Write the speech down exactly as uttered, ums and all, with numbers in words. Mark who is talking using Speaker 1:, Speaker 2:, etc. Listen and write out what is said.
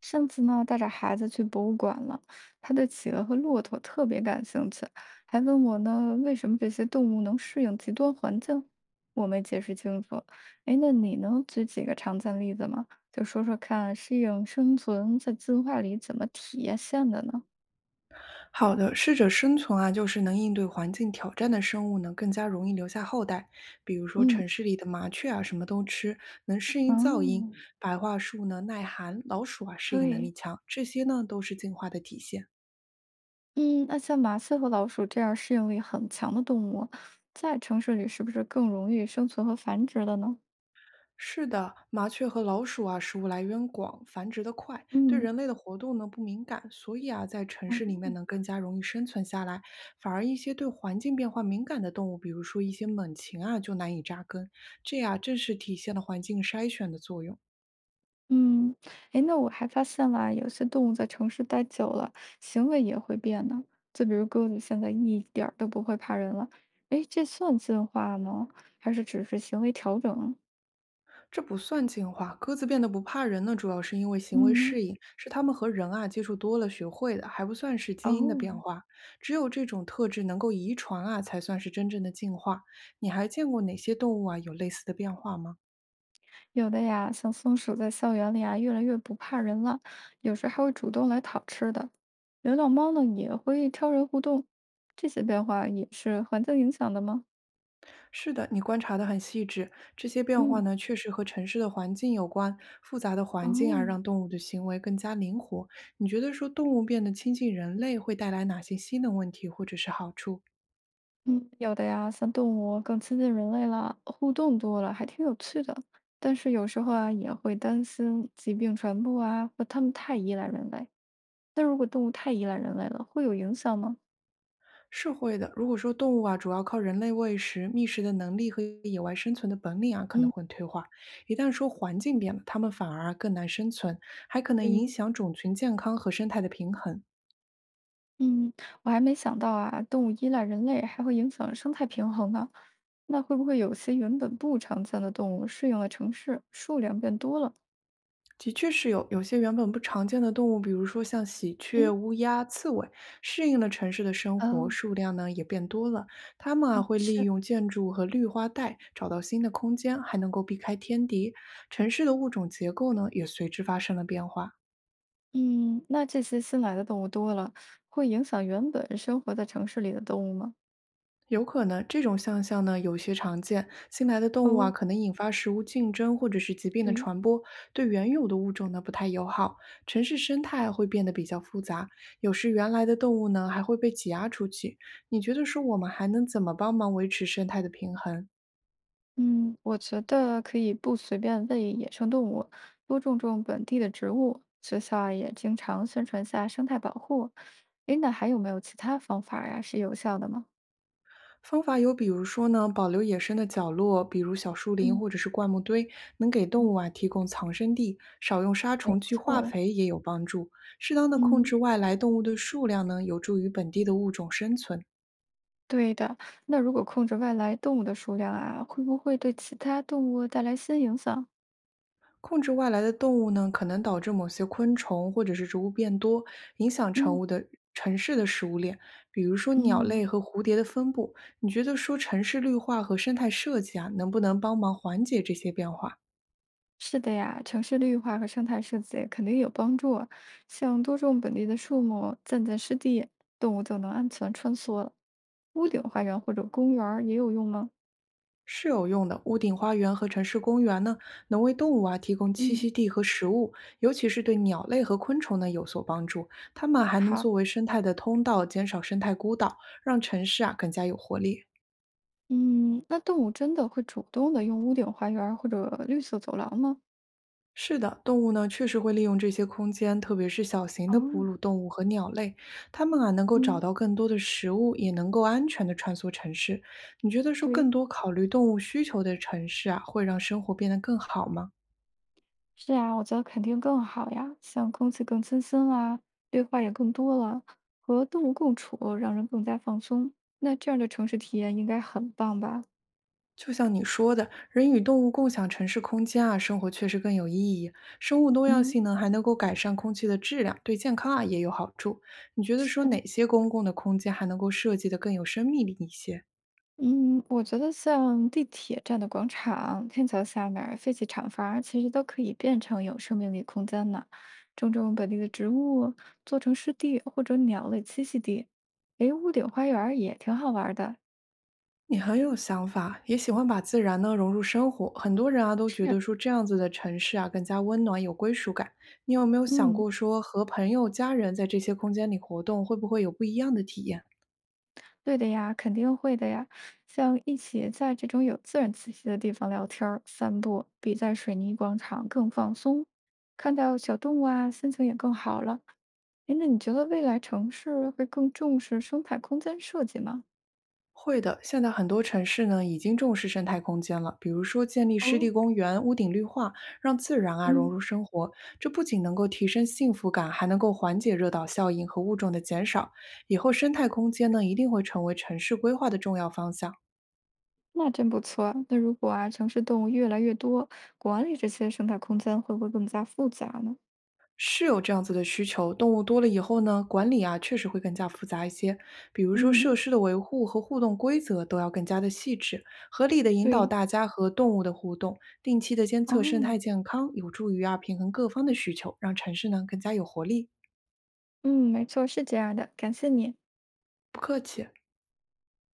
Speaker 1: 上次呢，带着孩子去博物馆了，他对企鹅和骆驼特别感兴趣，还问我呢，为什么这些动物能适应极端环境？我没解释清楚。哎，那你能举几个常见例子吗？就说说看，适应生存在进化里怎么体现的呢？
Speaker 2: 好的，适者生存啊，就是能应对环境挑战的生物呢，更加容易留下后代。比如说
Speaker 1: 嗯，
Speaker 2: 城市里的麻雀啊，什么都吃，能适
Speaker 1: 哦，
Speaker 2: 应噪音；白桦树呢，耐寒；老鼠啊，适应能
Speaker 1: 对，
Speaker 2: 力强。这些呢，都是进化的体现。
Speaker 1: 嗯，那像麻雀和老鼠这样适应力很强的动物，在城市里是不是更容易生存和繁殖了呢？
Speaker 2: 是的，麻雀和老鼠啊，食物来源广，繁殖的快，对
Speaker 1: 嗯
Speaker 2: 人类的活动呢不敏感，所以啊，在城
Speaker 1: 嗯，
Speaker 2: 市里面
Speaker 1: 哦
Speaker 2: 呢更加容易生存下来。反而一些对环境变化敏感的动物，比如说一些猛禽啊，就难以扎根。这呀、正是体现了环境筛选的作用。
Speaker 1: 嗯，诶，那我还发现啦，有些动物在城市待久了，行为也会变呢。就比如鸽子，现在一点儿都不会怕人了。诶，这算进化吗？还是只是行为调整？
Speaker 2: 这不算进化，鸽子变得不怕人呢，主要是因为行为
Speaker 1: 嗯，
Speaker 2: 适应，是它们和人啊接触多了学会的，还不算是基因的
Speaker 1: 哦，
Speaker 2: 变化。只有这种特质能够遗传啊，才算是真正的进化。你还见过哪些动物啊有类似的变化吗？
Speaker 1: 有的呀，像松鼠在校园里啊，越来越不怕人了，有时还会主动来讨吃的。流浪猫呢，也会挑人互动。这些变化也是环境影响的吗？
Speaker 2: 是的，你观察得很细致，这些变化
Speaker 1: 嗯，
Speaker 2: 呢确实和城市的环境有关。复杂的环境啊，
Speaker 1: 哦。
Speaker 2: 让动物的行为更加灵活。你觉得说动物变得亲近人类会带来哪些新的问题或者是好处？
Speaker 1: 嗯，有的呀，像动物更亲近人类了，互动多了，还挺有趣的。但是有时候啊，也会担心疾病传播啊，或它们太依赖人类。那如果动物太依赖人类了，会有影响吗？
Speaker 2: 是会的。如果说动物啊，主要靠人类喂食、觅食的能力和野外生存的本领啊，可能
Speaker 1: 嗯，
Speaker 2: 会退化。一旦说环境变了，它们反而啊更难生存，还可能
Speaker 1: 对
Speaker 2: 影
Speaker 1: 于
Speaker 2: 响种群健康和生态的平衡。
Speaker 1: 嗯，我还没想到啊，动物依赖人类还会影响生态平衡呢。那会不会有些原本不常见的动物适应了城市，数量变多了？
Speaker 2: 的确是有有些原本不常见的动物，比如说像喜鹊、
Speaker 1: 嗯，
Speaker 2: 乌鸦、刺猬，适应了城市的生活，
Speaker 1: 哦，
Speaker 2: 数量呢也变多了。它们啊
Speaker 1: 嗯，
Speaker 2: 会利
Speaker 1: 是。
Speaker 2: 用建筑和绿化带找到新的空间，还能够避开天敌。城市的物种结构呢也随之发生了变化。
Speaker 1: 嗯，那这些新来的动物多了，会影响原本生活在城市里的动物吗？
Speaker 2: 有可能，这种现象呢有些常见。新来的动物啊，
Speaker 1: 哦，
Speaker 2: 可能引发食物竞争或者是疾病的
Speaker 1: 对，
Speaker 2: 传播，对原有的物种呢不太友好。城市生态啊会变得比较复杂，有时原来的动物呢还会被挤压出去。你觉得说我们还能怎么帮忙维持生态的平衡？
Speaker 1: 嗯，我觉得可以不随便喂野生动物，多种种本地的植物。学校啊也经常宣传下生态保护。诶，那还有没有其他方法呀，是有效的吗？
Speaker 2: 方法有，比如说呢，保留野生的角落，比如小树林
Speaker 1: 嗯，
Speaker 2: 或者是灌木堆，能给动
Speaker 1: 嗯，
Speaker 2: 物啊提供藏身地。少用杀
Speaker 1: 没
Speaker 2: 虫剂、
Speaker 1: 错
Speaker 2: 化
Speaker 1: 儿。
Speaker 2: 肥也有帮助。适当的控
Speaker 1: 嗯，
Speaker 2: 制外来动物的数量呢，有助于本地的物种生存。
Speaker 1: 对的。那如果控制外来动物的数量啊，会不会对其他动物带来新影响？
Speaker 2: 控制外来的动物呢，可能导致某些昆虫或者是植物变多，影响成
Speaker 1: 嗯
Speaker 2: 物的城市的食物链，比如说鸟类
Speaker 1: 嗯。
Speaker 2: 和蝴蝶的分布。你觉得说城市绿化和生态设计啊，能不能帮忙缓解这些变化？
Speaker 1: 是的呀，城市绿化和生态设计肯定有帮助啊，像多种本地的树木，暂建湿地，动物就能安全穿梭了。屋顶花园或者公园儿也有用吗？
Speaker 2: 是有用的。屋顶花园和城市公园呢，能为动物啊提供栖
Speaker 1: 嗯，
Speaker 2: 息地和食物，尤其是对鸟类和昆虫呢有所帮助。它们还能
Speaker 1: 好，
Speaker 2: 作为生态的通道，减少生态孤岛，让城市啊更加有活力。
Speaker 1: 嗯，那动物真的会主动的用屋顶花园儿或者绿色走廊吗？
Speaker 2: 是的，动物呢确实会利用这些空间，特别是小型的哺
Speaker 1: 哦，
Speaker 2: 乳动物和鸟类，它们啊能够找
Speaker 1: 嗯，
Speaker 2: 到更多的食物，也能够安全的穿梭城市。你觉得说更
Speaker 1: 对，
Speaker 2: 多考虑动物需求的城市啊，会让生活变得更好吗？
Speaker 1: 是啊，我觉得肯定更好呀，像空气更清新啦，绿化也更多了，和动物共处让人更加放松。那这样的城市体验应该很棒吧？
Speaker 2: 就像你说的，人与动物共享城市空间啊，生活确实更有意义。生物多样
Speaker 1: 嗯。
Speaker 2: 性呢，还能够改善空气的质量，对健康啊也有好处。你觉得说
Speaker 1: 嗯，
Speaker 2: 哪些公共的空间还能够设计得更有生命力一些？
Speaker 1: 嗯，我觉得像地铁站的广场、天桥下面儿废弃厂房儿其实都可以变成有生命力空间呢。种种本地的植物，做成湿地或者鸟类栖息地。诶，屋顶花园儿也挺好玩儿的。
Speaker 2: 你很有想法，也喜欢把自然呢融入生活。很多人啊都觉
Speaker 1: 是，
Speaker 2: 得说这样子的城市啊更加温暖，有归属感。你有没有想
Speaker 1: 嗯，
Speaker 2: 过说和朋友、家人在这些空间里活动，会不会有不一样的体验？
Speaker 1: 对的呀，肯定会的呀。像一起在这种有自然气息的地方聊天儿、散步，比在水泥广场更放松。看到小动物啊，心情也更好了。哎，那你觉得未来城市会更重视生态空间设计吗？
Speaker 2: 会的，现在很多城市呢已经重视生态空间了，比如说建立湿
Speaker 1: 哦，
Speaker 2: 地公园、屋顶绿化，让自然啊融
Speaker 1: 嗯，
Speaker 2: 入生活。这不仅能够提升幸福感，还能够缓解热岛效应和物种的减少。以后生态空间呢一定会成为城市规划的重要方向。
Speaker 1: 那真不错啊那如果啊，城市动物越来越多，管理这些生态空间会不会更加复杂呢？
Speaker 2: 是有这样子的需求，动物多了以后呢，管理啊确实会更加复杂一些。比如说设
Speaker 1: 嗯，
Speaker 2: 施的维护和互动规则都要更加的细致，合理的引导
Speaker 1: 对，
Speaker 2: 大家和动物的互动，定期的监测生态
Speaker 1: 哦，
Speaker 2: 健康，有助于啊平衡各方的需求，让城市呢更加有活力。
Speaker 1: 嗯，没错，是这样的。感谢你。
Speaker 2: 不客气。